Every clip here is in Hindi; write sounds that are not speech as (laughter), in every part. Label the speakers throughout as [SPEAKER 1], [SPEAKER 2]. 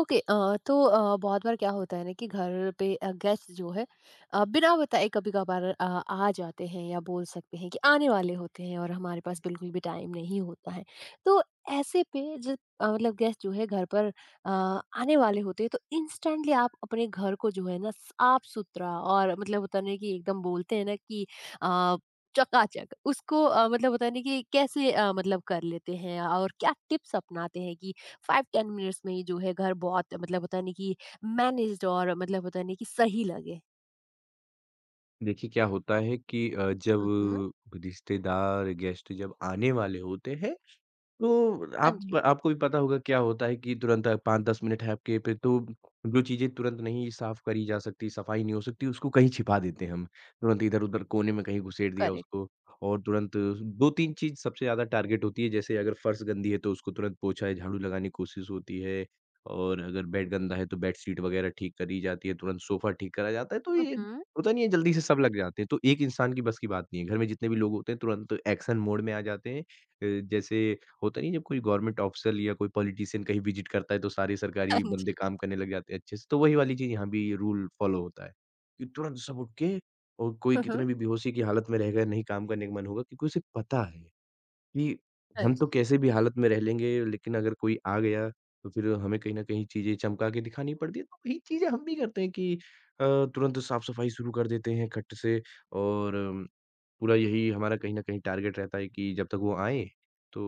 [SPEAKER 1] ओके। तो बहुत बार क्या होता है ना कि घर पे गेस्ट जो है बिना बताए कभी कभार आ जाते हैं या बोल सकते हैं कि आने वाले होते हैं और हमारे पास बिल्कुल भी टाइम नहीं होता है। तो ऐसे पे जब मतलब गेस्ट जो है घर पर आने वाले होते हैं तो इंस्टेंटली आप अपने घर को जो है ना साफ सुथरा और मतलब होता नहीं कि एकदम बोलते हैं ना कि अ, चकाचक उसको मतलब होता नहीं कि कैसे मतलब कर लेते हैं और क्या टिप्स अपनाते हैं कि 5-10 मिनट्स में ही जो है घर बहुत मतलब होता नहीं कि मैनेज्ड और मतलब होता नहीं कि सही लगे।
[SPEAKER 2] देखिए, क्या होता है कि
[SPEAKER 1] हम्म।
[SPEAKER 2] जब रिश्तेदार, गेस्ट जब आने वाले होते हैं, तो
[SPEAKER 1] हाँ
[SPEAKER 2] आप
[SPEAKER 1] जी।
[SPEAKER 2] आपको भी पता होगा क्या होता है कि तुरंत 5-10 मिनट है आपके पे। तो जो चीज़ें तुरंत नहीं साफ़ करी जा सकती, सफाई नहीं हो सकती, उसको कहीं छिपा देते हैं हम। तुरंत इधर-उधर कोने में कहीं घुसेड़ दिया
[SPEAKER 1] करेक्ट।
[SPEAKER 2] उसको। और तुरंत 2-3 चीज़ सबसे ज़्यादा टारगेट होती है। जैसे अगर फर्श गंदी है तो उसको तुरंत पोछा या झाड़ू लगाने की कोशिश होती है। और अगर बेड गंदा है तो बेडशीट वगैरह ठीक करी जाती है, तुरंत सोफ़ा ठीक करा जाता है। तो ये
[SPEAKER 1] हम्म।
[SPEAKER 2] होता नहीं है, जल्दी से सब लग जाते हैं। तो एक इंसान की बस की बात नहीं है। घर में जितने भी लोग होते हैं तुरंत एक्शन मोड में आ जाते हैं। जैसे होता नहीं है, जब कोई गवर्नमेंट ऑफिसर या कोई पॉलिटिशियन कहीं विज़िट करता है, तो सारे
[SPEAKER 1] हाँ
[SPEAKER 2] सरकारी बंदे
[SPEAKER 1] जी।
[SPEAKER 2] काम करने लग जाते हैं अच्छे से। तो वही वाली चीज़ यहाँ भी रूल फ़ॉलो होता है, कि तुरंत सब उठ के, और कोई कितने
[SPEAKER 1] हम्म।
[SPEAKER 2] भी बेहोशी की हालत में रहेगा, नहीं काम करने का मन होगा क्योंकि उसे पता है कि
[SPEAKER 1] हाँ
[SPEAKER 2] हम तो
[SPEAKER 1] जी।
[SPEAKER 2] कैसे भी हालत में रह लेंगे, लेकिन अगर कोई आ गया, तो फिर हमें कहीं न कहीं चीज़ें चमका के दिखानी पड़ती है। तो वही चीज़ें हम भी करते हैं कि अ, तुरंत साफ-सफाई शुरू कर देते हैं खट से। और पूरा यही हमारा कहीं न कहीं टारगेट रहता है कि जब तक वो आएँ, तो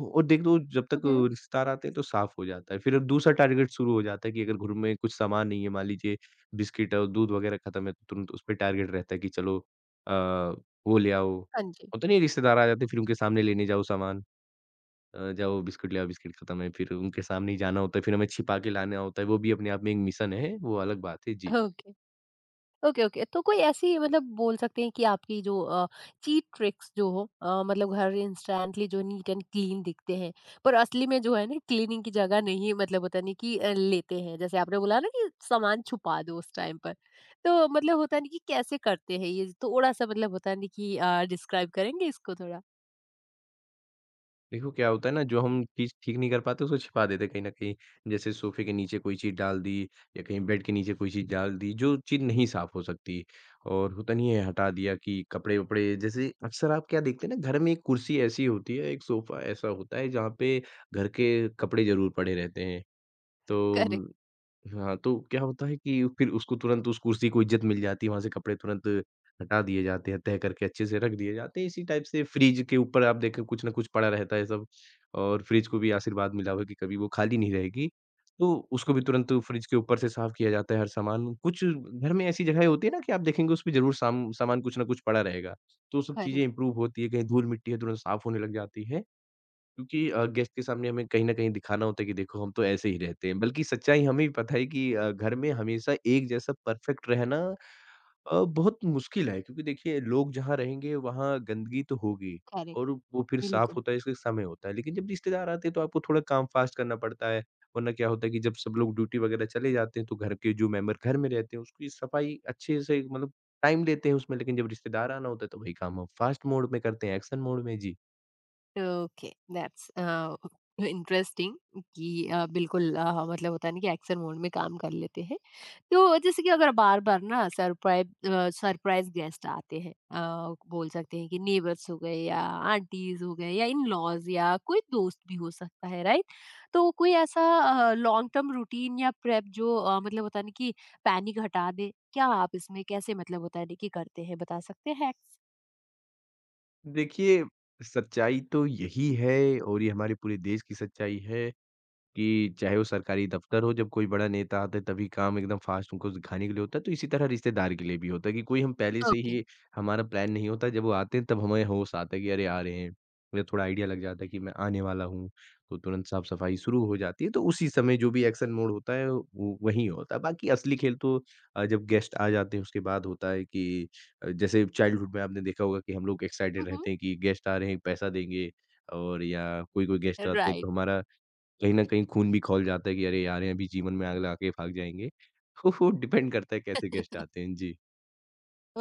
[SPEAKER 2] और देख लो, जब तक
[SPEAKER 1] हम्म।
[SPEAKER 2] रिश्तेदार आते हैं तो साफ़ हो जाता है। फिर अब दूसरा टारगेट शुरू हो जाता है कि अगर घर में कुछ सामान नहीं है, मान लीजिए बिस्किट और दूध वग़ैरह खत्म है, तो तुरंत उसपे टारगेट रहता है कि चलो अ, वो ले आओ।
[SPEAKER 1] हाँ जी।
[SPEAKER 2] होता नहीं है रिश्तेदार आ जाते हैं, फिर उनके सामने लेने जाओ सामान। जाओ बिस्किट ले आओ, बिस्किट खत्म है, फिर उनके सामने ही जाना होता है, फिर हमें छिपा के लाना होता है। वो भी अपने आप में एक मिशन है, वो अलग बात है। जी।
[SPEAKER 1] ओके। Okay, okay. तो कोई ऐसी मतलब बोल सकते हैं कि आपकी जो चीट ट्रिक्स जो हो मतलब घर इंस्टेंटली जो नीट एंड क्लीन दिखते हैं, पर असली में जो है ना क्लीनिंग की जगह नहीं मतलब होता नहीं कि लेते हैं। जैसे आपने बोला ना कि सामान छुपा दो उस टाइम पर। तो मतलब होता नहीं कि कैसे करते हैं ये? थोड़ा-सा मतलब होता नहीं कि डिस्क्राइब करेंगे इसको थोड़ा?
[SPEAKER 2] देखो क्या होता है ना, जो हम चीज़ ठीक नहीं कर पाते उसको छिपा देते हैं कहीं न कहीं। जैसे सोफ़े के नीचे कोई चीज़ डाल दी, या कहीं बेड के नीचे कोई चीज़ डाल दी, जो चीज़ नहीं साफ़ हो सकती। और होता नहीं है, हटा दिया कि कपड़े-वपड़े। जैसे अक्सर आप क्या देखते हैं ना, घर में एक कुर्सी ऐसी होती है, एक सोफ़ा ऐसा होता है जहाँ पे घर के कपड़े ज़रूर पड़े रहते हैं। तो
[SPEAKER 1] करेक्ट।
[SPEAKER 2] हाँ, तो क्या होता है कि फिर उसको तुरंत, उस कुर्सी को इज़्ज़त मिल जाती है, वहाँ से कपड़े तुरंत हटा दिए जाते हैं, तह करके अच्छे से रख दिए जाते हैं। इसी टाइप से फ्रिज के ऊपर आप देखें कुछ ना कुछ पड़ा रहता है सब। और फ्रिज को भी आशीर्वाद मिला हुआ है कि कभी वो खाली नहीं रहेगी। तो उसको भी तुरंत फ्रिज के ऊपर से साफ किया जाता है हर सामान। कुछ घर में ऐसी जगहें होती है ना कि आप देखेंगे उसपे ज़रूर सामान कुछ ना कुछ पड़ा रहेगा। तो सब चीज़ें
[SPEAKER 1] करेक्ट।
[SPEAKER 2] इम्प्रूव होती है, कहीं धूल-मिट्टी है तुरंत साफ होने लग जाती है। क्योंकि गेस्ट के सामने हमें कहीं न कहीं दिखाना होता है कि देखो हम तो ऐसे ही रहते हैं। बल्कि सच्चाई हमें भी पता है कि घर में हमेशा एक जैसा परफेक्ट रहना बहुत मुश्किल है, क्योंकि देखिए लोग जहाँ रहेंगे वहाँ गंदगी तो होगी।
[SPEAKER 1] करेक्ट।
[SPEAKER 2] और वो फिर साफ़
[SPEAKER 1] बिल्कुल।
[SPEAKER 2] होता है, इसका समय होता है। लेकिन जब रिश्तेदार आते हैं तो आपको थोड़ा काम फ़ास्ट करना पड़ता है। वरना क्या होता है कि जब सब लोग ड्यूटी वग़ैरह चले जाते हैं, तो घर के जो मेंबर घर में रहते हैं उसकी सफाई अच्छे से, मतलब टाइम देते हैं उसमें। लेकिन जब रिश्तेदार आना होता है तो वही काम हम फ़ास्ट मोड में करते हैं, एक्शन मोड में। जी।
[SPEAKER 1] ओके, दैट्स इंटरेस्टिंग कि बिल्कुल मतलब होता है ना कि एक्शन मोड में काम कर लेते हैं। तो जैसे कि अगर बार-बार ना सरप्राइज़ गेस्ट आते हैं बोल सकते हैं कि नेबर्स हो गए या आंटीज़ हो गए या इन-लॉज़ या कोई दोस्त भी हो सकता है, राइट? तो कोई ऐसा लॉन्ग टर्म रूटीन या प्रेप जो मतलब होता है ना कि पैनिक हटा दे, क्या आप इसमें कैसे मतलब होता है ना कि करते हैं, बता सकते हैं हैक्स?
[SPEAKER 2] देखिए, सच्चाई तो यही है, और ये हमारे पूरे देश की सच्चाई है, कि चाहे वो सरकारी दफ्तर हो, जब कोई बड़ा नेता आता है तभी काम एकदम फ़ास्ट उनको दिखाने के लिए होता है। तो इसी तरह रिश्तेदार के लिए भी होता है कि कोई हम पहले से
[SPEAKER 1] ओके।
[SPEAKER 2] ही, हमारा प्लान नहीं होता। जब वो आते हैं तब हमें होश आता है कि अरे! आ रहे हैं। या थोड़ा आइडिया लग जाता है कि मैं आने वाला हूँ, तो तुरंत साफ-सफाई शुरू हो जाती है। तो उसी समय जो भी एक्शन मोड होता है वो वहीं होता है। बाकी असली खेल तो जब गेस्ट आ जाते हैं उसके बाद होता है कि जैसे चाइल्डहुड में आपने देखा होगा कि हम लोग
[SPEAKER 1] हुँ,
[SPEAKER 2] एक्साइटेड
[SPEAKER 1] हुँ।
[SPEAKER 2] रहते हैं कि गेस्ट आ रहे हैं, पैसा देंगे। और या कोई-कोई गेस्ट आते हैं
[SPEAKER 1] राइट।
[SPEAKER 2] तो हमारा कहीं न कहीं खून भी खौल जाता है कि अरे यार! ये अभी जीवन में आग लगा के भाग जाएँगे। तो (laughs) वो डिपेंड करता है कैसे गेस्ट आते हैं। जी।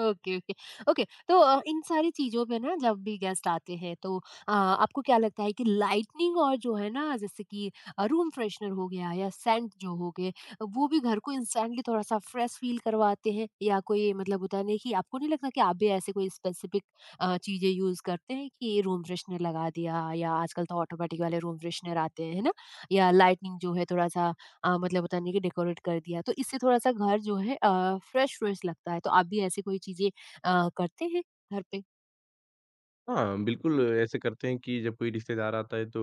[SPEAKER 1] Okay, okay, okay. तो इन सारी चीज़ों में ना जब भी गेस्ट आते हैं तो आपको क्या लगता है कि लाइटनिंग और जो है ना जैसे कि रूम फ्रेशनर हो गया या सेंट जो हो गए, वो भी घर को इंस्टेंटली थोड़ा-सा फ्रेश फ़ील करवाते हैं? या कोई मतलब होता है ना कि आपको नहीं लगता कि आप भी ऐसे कोई स्पेसिफ़िक चीज़ें यूज़ करते हैं कि रूम फ्रेशनर लगा दिया या आजकल तो ऑटोमैटिक वाले रूम फ्रेशनर आते हैं, है ना? या लाइटनिंग जो है थोड़ा-सा मतलब होता नहीं है कि डेकोरेट कर दिया तो इससे थोड़ा-सा घर जो है फ्रेश फ्रेश लगता है। तो आप भी ऐसी कोई चीज़ें करते हैं घर पे?
[SPEAKER 2] हाँ, बिल्कुल ऐसे करते हैं कि जब कोई रिश्तेदार आता है, तो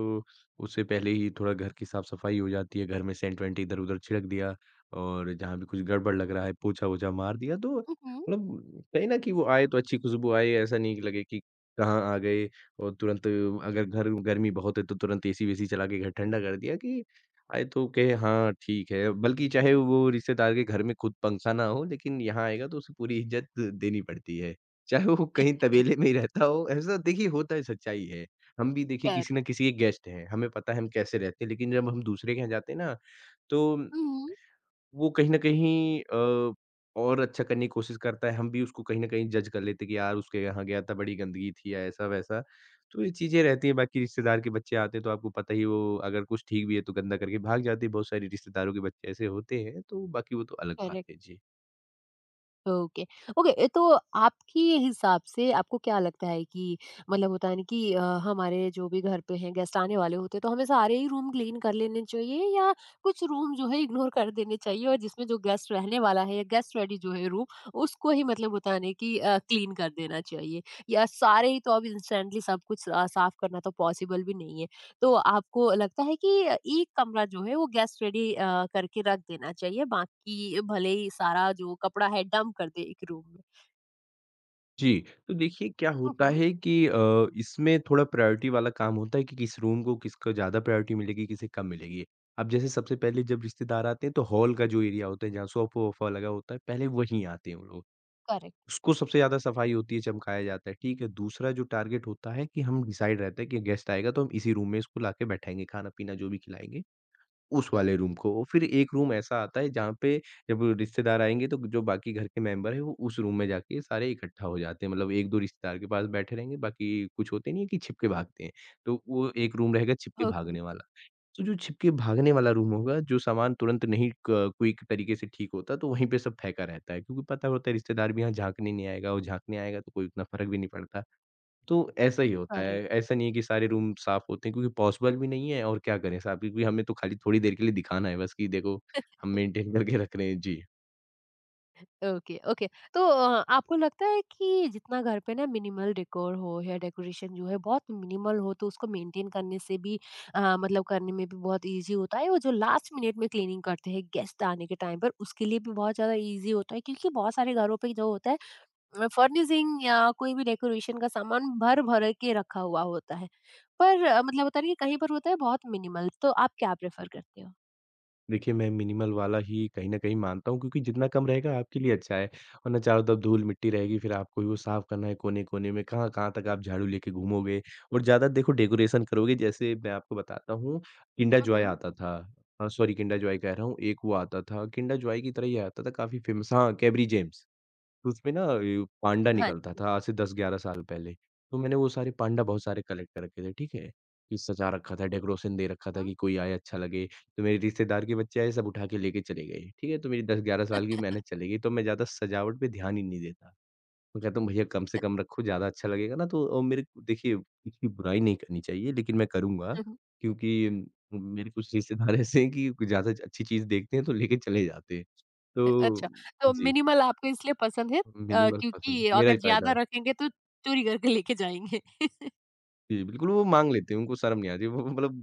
[SPEAKER 2] उससे पहले ही थोड़ा घर की साफ-सफाई हो जाती है, घर में सेंट-वेंट इधर-उधर छिड़क दिया, और जहाँ भी कुछ गड़बड़ लग रहा है पोछा-वोछा मार दिया। तो
[SPEAKER 1] हुँ, हुँ।
[SPEAKER 2] मतलब कहीं न कि वो आए तो अच्छी खुशबू आए, ऐसा नहीं कि लगे कि कहाँ आ गए। और तुरंत अगर घर गर्मी बहुत है तो तुरंत एसी-वेसी चला के घर ठंडा कर दिया कि आए तो कहे हाँ, ठीक है। बल्कि चाहे वो रिश्तेदार के घर में खुद पंखा ना हो, लेकिन यहाँ आएगा तो उसे पूरी इज़्ज़त देनी पड़ती है। चाहे वो कहीं तबेले में ही रहता हो, ऐसा देखिए होता है, सच्चाई है। हम भी देखिए किसी न
[SPEAKER 1] करेक्ट।
[SPEAKER 2] किसी के गेस्ट हैं, हमें पता है हम कैसे रहते हैं, लेकिन जब हम दूसरे के यहाँ जाते हैं ना, तो
[SPEAKER 1] हुँ, हुँ।
[SPEAKER 2] वो कहीं न कहीं और अच्छा करने की कोशिश करता है, हम भी उसको कहीं न कहीं जज कर लेते हैं कि यार उसके यहाँ गया था बड़ी गंदगी थी या ऐसा-वैसा। तो ये चीज़ें रहती हैं। बाकी रिश्तेदार के बच्चे आते हैं तो आपको पता ही है वो अगर कुछ ठीक भी है तो गंदा करके भाग जाते हैं। बहुत सारे रिश्तेदारों के बच्चे ऐसे होते हैं, तो बाकी वो तो अलग बात
[SPEAKER 1] करेक्ट।
[SPEAKER 2] है। जी।
[SPEAKER 1] Okay, okay. तो आपके हिसाब से आपको क्या लगता है कि मतलब होता है ना कि हमारे जो भी घर पे हैं गेस्ट आने वाले होते हैं तो हमें सारे ही रूम क्लीन कर लेने चाहिए या कुछ रूम जो है इग्नोर कर देने चाहिए और जिसमें जो गेस्ट रहने वाला है या गेस्ट रेडी जो है रूम उसको ही मतलब होता है ना कि क्लीन कर देना चाहिए या सारे ही तो अब इंस्टेंटली सब कुछ साफ करना तो पॉसिबल भी नहीं है, तो आपको लगता है कि एक कमरा जो है वो गेस्ट रेडी करके रख देना चाहिए, बाकी भले ही सारा जो कपड़ा है डंप कर दे एक रूम में।
[SPEAKER 2] जी, तो देखिए क्या होता
[SPEAKER 1] हम्म।
[SPEAKER 2] है कि इसमें थोड़ा प्रायोरिटी वाला काम होता है कि किस रूम को, किसको ज़्यादा प्रायोरिटी मिलेगी, किसे कम मिलेगी। अब जैसे सबसे पहले जब रिश्तेदार आते हैं तो हॉल का जो एरिया होता है जहाँ सोफ़ा-वोफ़ा लगा होता है, पहले वहीं आते हैं वो लोग।
[SPEAKER 1] करेक्ट।
[SPEAKER 2] उसको सबसे ज़्यादा सफाई होती है, चमकाया जाता है, ठीक है? दूसरा जो टारगेट होता है कि हम डिसाइड रहता है कि गेस्ट आएगा तो हम इसी रूम में इसको लाके बैठाएँगे, खाना-पीना जो भी खिलाएँगे। उस
[SPEAKER 1] हम्म।
[SPEAKER 2] वाले रूम को, फिर एक रूम ऐसा आता है जहाँ पे जब रिश्तेदार आएँगे तो जो बाकी घर के मेंबर हैं वो उस रूम में जाके सारे इकट्ठा हो जाते हैं। मतलब 1-2 रिश्तेदार के पास बैठे रहेंगे, बाकी कुछ होते नहीं है कि छिप के भागते हैं, तो वो एक रूम रहेगा छिप के
[SPEAKER 1] ओके।
[SPEAKER 2] भागने वाला। तो जो छिप के भागने वाला रूम होगा, जो सामान तुरंत नहीं क क्विक तरीके से ठीक होता, तो वहीं पे सब फेंका रहता है क्योंकि पता होता है रिश्तेदार भी यहाँ झाँकने नहीं आएगा, वो झाँकने आएगा तो कोई उतना फ़र्क भी नहीं पड़ता। तो ऐसा ही होता है।
[SPEAKER 1] करेक्ट।
[SPEAKER 2] ऐसा नहीं है कि सारे रूम साफ होते हैं, क्योंकि पॉसिबल भी नहीं है। और क्या करें साहब, क्योंकि हमें तो खाली थोड़ी देर के लिए दिखाना है, बस कि देखो हम
[SPEAKER 1] (laughs)
[SPEAKER 2] मेंटेन (laughs) करके रख रहे हैं। जी।
[SPEAKER 1] Okay, okay. तो आपको लगता है कि जितना घर पे ना मिनिमल डेकोर हो या डेकोरेशन जो है बहुत मिनिमल हो तो उसको मेंटेन करने से भी मतलब करने में भी बहुत इजी होता है और जो लास्ट मिनट में क्लीनिंग करते हैं गेस्ट आने के टाइम पर उसके लिए भी बहुत ज़्यादा इजी होता है क्योंकि बहुत सारे घरों पे जो होता है फर्निशिंग या कोई भी डेकोरेशन का सामान भर-भर के रखा हुआ होता है। पर मतलब होता नहीं है ना कि कहीं पर होता है बहुत मिनिमल, तो आप क्या प्रेफ़र करते हो?
[SPEAKER 2] देखिए, मैं मिनिमल वाला ही कहीं न कहीं मानता हूँ, क्योंकि जितना कम रहेगा आपके लिए अच्छा है। वरना चारों तरफ धूल-मिट्टी रहेगी, फिर आपको ही वो साफ करना है कोने-कोने में, कहाँ-कहाँ तक आप झाड़ू लेके घूमोगे। और ज़्यादा देखो डेकोरेशन करोगे, जैसे मैं आपको बताता हूँ, किंडर
[SPEAKER 1] हुँ,
[SPEAKER 2] जॉय
[SPEAKER 1] हुँ।
[SPEAKER 2] आता था, सॉरी किंडर जॉय कह रहा हूँ, एक वो आता था, किंडर जॉय की तरह ही आता था, काफ़ी फ़ेमस, हाँ, केबरी जेम्स। तो उसमें ना ये पांडा
[SPEAKER 1] हाँ
[SPEAKER 2] निकलता
[SPEAKER 1] जी।
[SPEAKER 2] था, आज से 10-11 साल पहले। तो मैंने वो सारे पांडा बहुत सारे कलेक्ट कर रखे थे, ठीक है? कि सजा रखा था, डेकोरेशन दे रखा
[SPEAKER 1] हुँ,
[SPEAKER 2] था
[SPEAKER 1] हुँ।
[SPEAKER 2] कि कोई आए अच्छा लगे। तो मेरे रिश्तेदार के बच्चे आए, सब उठा के लेके चले गए, ठीक है? तो मेरी 10-11 साल की मेहनत
[SPEAKER 1] (laughs)
[SPEAKER 2] चली गई, तो मैं ज़्यादा सजावट पे ध्यान ही नहीं देता। मैं कहता हूँ भैया कम से कम रखो, ज़्यादा अच्छा लगेगा ना तो और देखिए इसकी बुराई नहीं करनी चाहिए, लेकिन मैं करूँगा
[SPEAKER 1] हुँ, हुँ।
[SPEAKER 2] क्योंकि मेरे कुछ रिश्तेदार (laughs) ऐसे हैं कि ज़्यादा अच्छी चीज़ देखते हैं तो लेके चले जाते हैं। तो
[SPEAKER 1] अच्छा, तो
[SPEAKER 2] जी।
[SPEAKER 1] मिनिमल आपको इसलिए पसंद है
[SPEAKER 2] मिनिमल पसंद है,
[SPEAKER 1] क्योंकि
[SPEAKER 2] मेरा ही
[SPEAKER 1] अगर ज़्यादा
[SPEAKER 2] फ़ायदा।
[SPEAKER 1] रखेंगे तो चोरी करके लेके जाएँगे। (laughs)
[SPEAKER 2] जी, बिल्कुल वो माँग लेते हैं, उनको शर्म नहीं आती। वो मतलब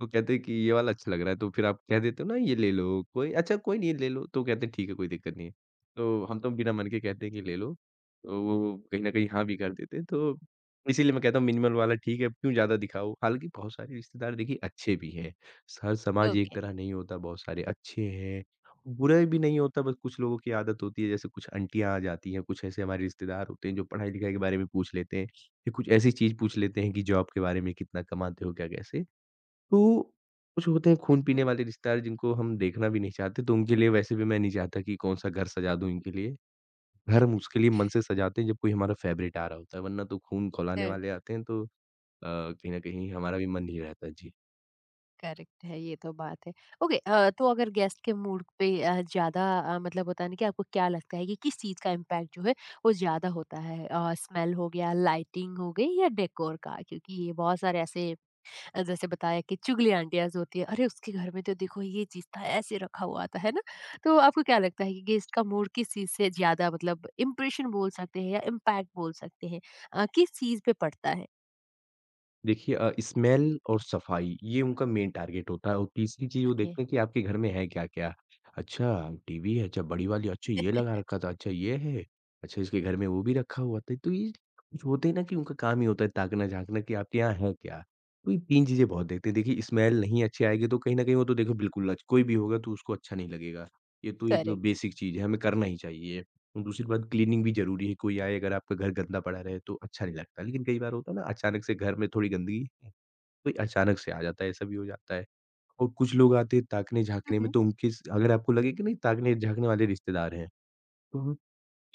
[SPEAKER 2] वो कहते हैं कि ये वाला अच्छा लग रहा है तो फिर आप कह देते हो ना ये ले लो, कोई अच्छा कोई नहीं ले लो, तो कहते हैं ठीक है कोई दिक्कत नहीं है। तो हम तो बिना मन के कहते हैं कि ले लो, तो वो कहीं न कहीं हाँ भी कर देते हैं। तो इसीलिए मैं कहता हूँ मिनिमल वाला ठीक है, क्यों ज़्यादा दिखाओ? हालाँकि बहुत सारे रिश्तेदार देखिए अच्छे भी हैं, हर समाज एक
[SPEAKER 1] ओके।
[SPEAKER 2] तरह नहीं होता, बहुत सारे अच्छे हैं, बुरे भी नहीं होता बस कुछ लोगों की आदत होती है जैसे कुछ आंटियाँ आ जाती हैं, कुछ ऐसे हमारे रिश्तेदार होते हैं जो पढ़ाई-लिखाई के बारे में पूछ लेते हैं। या कुछ ऐसी चीज़ पूछ लेते हैं कि जॉब के बारे में कितना कमाते हो, क्या कैसे? तो कुछ होते हैं
[SPEAKER 1] हुँ,
[SPEAKER 2] खून-पीने
[SPEAKER 1] हुँ।
[SPEAKER 2] वाले रिश्तेदार जिनको हम देखना भी नहीं चाहते, तो उनके लिए वैसे भी मैं नहीं चाहता कि कौन-सा घर सजा दूँ इनके लिए। घर हम उसके लिए मन से सजाते हैं जब कोई हमारा फ़ेवरेट आ रहा होता है, वरना तो खून
[SPEAKER 1] अ
[SPEAKER 2] खौलाने वाले आते हैं तो कहीं न कहीं हमारा भी मन नहीं रहता। जी।
[SPEAKER 1] करेक्ट है, ये तो बात है। ओके तो अगर गेस्ट के मूड पे ज़्यादा मतलब होता है ना कि आपको क्या लगता है कि किस चीज़ का इम्पैक्ट जो है वो ज़्यादा होता है? स्मेल हो गया, लाइटिंग हो गई या डेकोर का? क्योंकि ये बहुत सारे ऐसे जैसे बताया कि चुगली आंटियाज़ होती है, अरे! उसके घर में तो देखो ये चीज़ था, ऐसे रखा हुआ था, है ना? तो आपको क्या लगता है कि गेस्ट का मूड किस चीज़ से ज़्यादा मतलब इम्प्रेशन बोल सकते हैं या इम्पैक्ट बोल सकते हैं किस चीज़ पे पड़ता है?
[SPEAKER 2] देखिए स्मेल और सफाई ये उनका मेन टारगेट होता है और तीसरी चीज़ वो
[SPEAKER 1] ओके,
[SPEAKER 2] देखते हैं कि आपके घर में है क्या-क्या। अच्छा टीवी है, अच्छा बड़ी वाली, अच्छा ये लगा रखा था, अच्छा ये है, अच्छा इसके घर में वो भी रखा हुआ था। तो ये कुछ होते हैं ना कि उनका काम ही होता है ताकना-झाँकना कि आपके यहाँ है क्या? तो ये 3 चीज़ें बहुत देखते हैं। देखिए स्मेल नहीं अच्छी आएगी तो कहीं न कहीं वो तो देखो बिल्कुल कोई भी होगा तो उसको अच्छा नहीं लगेगा। ये तो एक
[SPEAKER 1] करेक्ट।
[SPEAKER 2] बेसिक चीज़ है, हमें करना ही चाहिए। और दूसरी बात क्लीनिंग भी ज़रूरी है, कोई आए अगर आपका घर गंदा पड़ा रहे तो अच्छा नहीं लगता। लेकिन कई बार होता है ना अचानक से घर में थोड़ी गंदगी, कोई अचानक से आ जाता है, ऐसा भी हो जाता है। और कुछ लोग आते हैं
[SPEAKER 1] (laughs) हुँ,
[SPEAKER 2] ताकने-झाँकने में
[SPEAKER 1] हुँ।
[SPEAKER 2] तो उनके स अगर आपको लगे कि नहीं ताकने-झाँकने वाले रिश्तेदार हैं, तो वो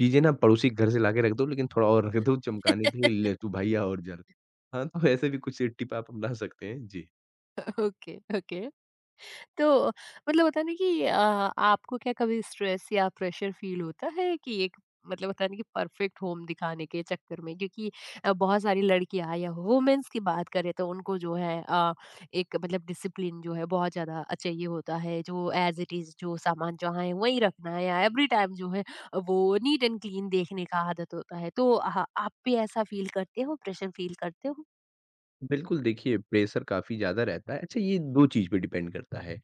[SPEAKER 2] चीज़ें ना पड़ोसी के घर से लाके रख दो लेकिन थोड़ा और रख दो चमकाने के लिए, "ले तू भैया और जल।" हाँ, तो ऐसे भी कुछ टिप आप अपना सकते हैं। जी।
[SPEAKER 1] Okay, okay. तो मतलब होता है ना कि आपको क्या कभी स्ट्रेस या प्रेशर फील होता है कि एक मतलब होता है ना कि परफेक्ट होम दिखाने के चक्कर में, क्योंकि बहुत सारी लड़कियां या वुमेन्स की बात करें तो उनको जो है एक मतलब डिसिप्लिन जो है बहुत ज़्यादा चाहिए होता है, जो एज इट इज़ जो सामान जहाँ है वहीं रखना है या एवरी टाइम जो है वो नीट एंड क्लीन देखने का आदत होता है, तो आप भी ऐसा फील करते हो, प्रेशर फील करते हो?
[SPEAKER 2] बिल्कुल, देखिए प्रेशर काफ़ी ज़्यादा रहता है। अच्छा ये 2 चीज़ पे डिपेंड करता है। अ,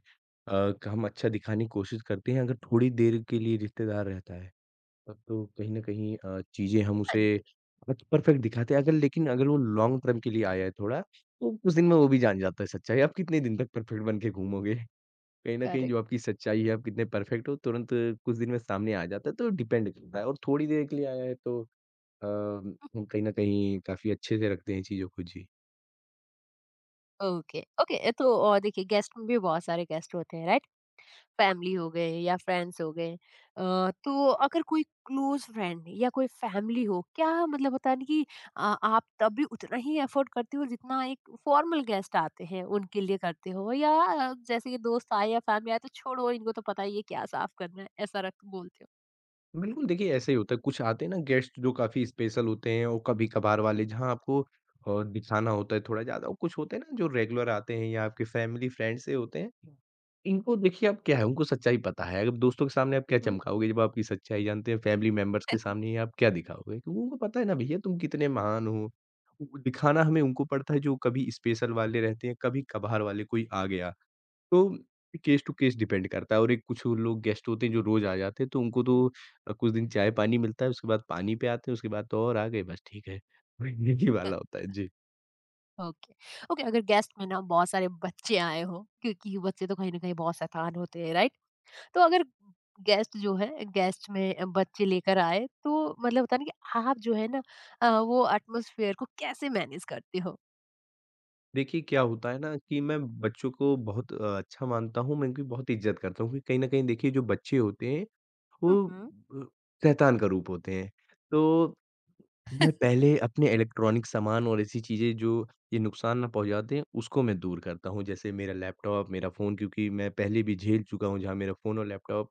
[SPEAKER 2] क- हम अच्छा दिखाने की कोशिश करते हैं, अगर थोड़ी देर के लिए रिश्तेदार रहता है, तब तो कहीं न कहीं चीज़ें हम
[SPEAKER 1] हाँ
[SPEAKER 2] उसे
[SPEAKER 1] जी।
[SPEAKER 2] बस परफेक्ट दिखाते हैं। अगर लेकिन अगर वो लॉन्ग टर्म के लिए आया है थोड़ा, तो कुछ दिन में वो भी जान जाता है सच्चाई। आप कितने दिन तक परफेक्ट बन के घूमोगे? कहीं न कहीं
[SPEAKER 1] करेक्ट।
[SPEAKER 2] जो आपकी सच्चाई है, आप कितने परफेक्ट हो, तुरंत कुछ दिन में सामने आ जाता है, तो डिपेंड करता है और थोड़ी देर के लिए आया है तो हम कहीं न कहीं काफ़ी अच्छे से रखते हैं चीज़ों को। जी।
[SPEAKER 1] Okay, okay. तो और देखिए गेस्ट में भी बहुत सारे गेस्ट होते हैं, राइट? फैमिली हो गए या फ्रेंड्स हो गए, तो अगर कोई क्लोज फ्रेंड या कोई फैमिली हो क्या मतलब होता है ना कि आप तब भी उतना ही एफर्ट करते हो जितना एक फॉर्मल गेस्ट आते हैं उनके लिए करते हो, या जैसे कि दोस्त आए या फैमिली आए तो छोड़ो इनको तो पता ही है क्या साफ करना है, ऐसा रख बोलते हो?
[SPEAKER 2] बिल्कुल, देखिए ऐसा ही होता है। कुछ आते हैं ना गेस्ट जो काफ़ी स्पेशल होते हैं और कभी-कभार वाले जहाँ आपको दिखाना होता है थोड़ा ज़्यादा और कुछ होते हैं ना जो रेगुलर आते हैं या आपके फैमिली फ्रेंड से होते हैं। इनको देखिए आप क्या है उनको सच्चाई पता है। अब दोस्तों के सामने आप क्या
[SPEAKER 1] हम्म,
[SPEAKER 2] चमकाओगे जब आपकी सच्चाई जानते हैं फैमिली मेंबर्स के सामने आप क्या दिखाओगे? क्योंकि उनको पता है ना भैया तुम कितने महान हो। उ दिखाना हमें उनको पड़ता है जो कभी स्पेशल वाले रहते हैं, कभी-कभार वाले कोई आ गया। तो केस टू केस डिपेंड करता है और एक कुछ लोग गेस्ट होते हैं जो रोज़ आ जाते हैं, तो उनको तो कुछ दिन चाय-पानी मिलता है, उसके बाद पानी पे आते हैं, उसके बाद तो और आ गए बस ठीक है। (laughs) यही
[SPEAKER 1] अ,
[SPEAKER 2] वाला होता है। जी।
[SPEAKER 1] ओके। ओके, अगर गेस्ट में ना बहुत सारे बच्चे आए हो क्योंकि बच्चे तो कहीं ना कहीं बहुत शैतान होते हैं, राइट? तो अगर गेस्ट जो है गेस्ट में बच्चे लेकर आए तो मतलब होता है ना कि आप जो है ना वो एटमॉस्फेयर को कैसे मैनेज करते हो?
[SPEAKER 2] देखिए, क्या होता है ना कि मैं बच्चों को बहुत अच्छा मानता हूँ, मैं इनकी बहुत इज़्ज़त करता हूँ, क्योंकि कहीं न कहीं देखिए जो बच्चे होते हैं,
[SPEAKER 1] हुँ,
[SPEAKER 2] वो
[SPEAKER 1] हुँ।
[SPEAKER 2] अ, शैतान का रूप होते हैं। तो मैं पहले अपने इलेक्ट्रॉनिक सामान और ऐसी चीज़ें जो ये नुकसान ना पहुँचाते हैं, उसको मैं दूर करता हूँ। जैसे मेरा लैपटॉप, मेरा फ़ोन क्योंकि मैं पहले भी झेल चुका हूँ जहाँ मेरा फ़ोन और लैपटॉप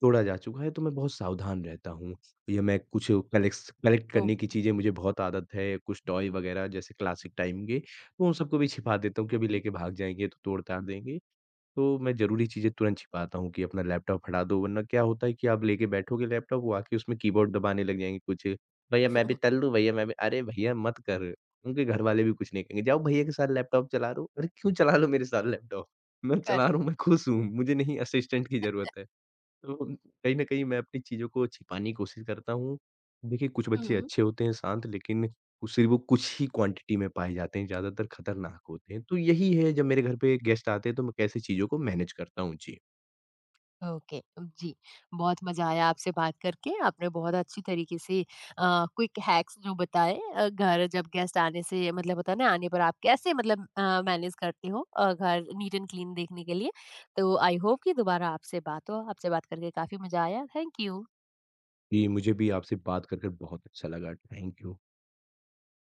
[SPEAKER 2] तोड़ा जा चुका है, तो मैं बहुत सावधान रहता हूँ। या मैं कुछ कलेक्स कलेक्ट करने की
[SPEAKER 1] ओह!
[SPEAKER 2] चीज़ें मुझे बहुत आदत है, कुछ टॉय वग़ैरह जैसे क्लासिक टाइम के, तो उन सबको भी छिपा देता हूँ कि
[SPEAKER 1] हुँ,
[SPEAKER 2] अभी
[SPEAKER 1] हुँ।
[SPEAKER 2] लेके भाग जाएँगे तो तोड़-ताड़ देंगे। तो मैं ज़रूरी चीज़ें तुरंत छिपाता हूँ कि अपना लैपटॉप हटा दो, वरना क्या होता है कि आप लेके बैठोगे लैपटॉप, वो आके उसमें कीबोर्ड दबाने लग जाएँगे कुछ, "भैया मैं भी तल लूँ, भैया मैं भी" अरे भैया मत कर, उनके घर वाले भी कुछ नहीं कहेंगे, "जाओ भैया के साथ लैपटॉप चला लो।" अरे क्यों चला लो मेरे साथ लैपटॉप? मैं चला रहा
[SPEAKER 1] करेक्ट।
[SPEAKER 2] हूँ, मैं खुश हूँ, मुझे नहीं असिस्टेंट की ज़रूरत है। तो कहीं न कहीं मैं अपनी चीज़ों को छिपाने की कोशिश करता हूँ। देखिए, कुछ बच्चे
[SPEAKER 1] हुँ।
[SPEAKER 2] अच्छे होते हैं शांत लेकिन उसी वो कुछ ही क्वांटिटी में पाए जाते हैं, ज़्यादातर खतरनाक होते हैं। तो यही है जब मेरे घर पे गेस्ट आते हैं तो मैं कैसे चीज़ों को मैनेज करता हूँ। जी।
[SPEAKER 1] ओके, जी। बहुत मज़ा आया आपसे बात करके। आपने बहुत अच्छी तरीके से क्विक हैक्स जो बताए, घर जब गेस्ट आने से मतलब होता है ना आने पर आप कैसे मतलब मैनेज करते हो घर नीट एंड क्लीन देखने के लिए। तो आई होप कि दोबारा आपसे बात हो। आपसे बात करके काफ़ी मज़ा आया। Thank you.
[SPEAKER 2] जी, मुझे भी आपसे बात कर बहुत अच्छा लगा। Thank you.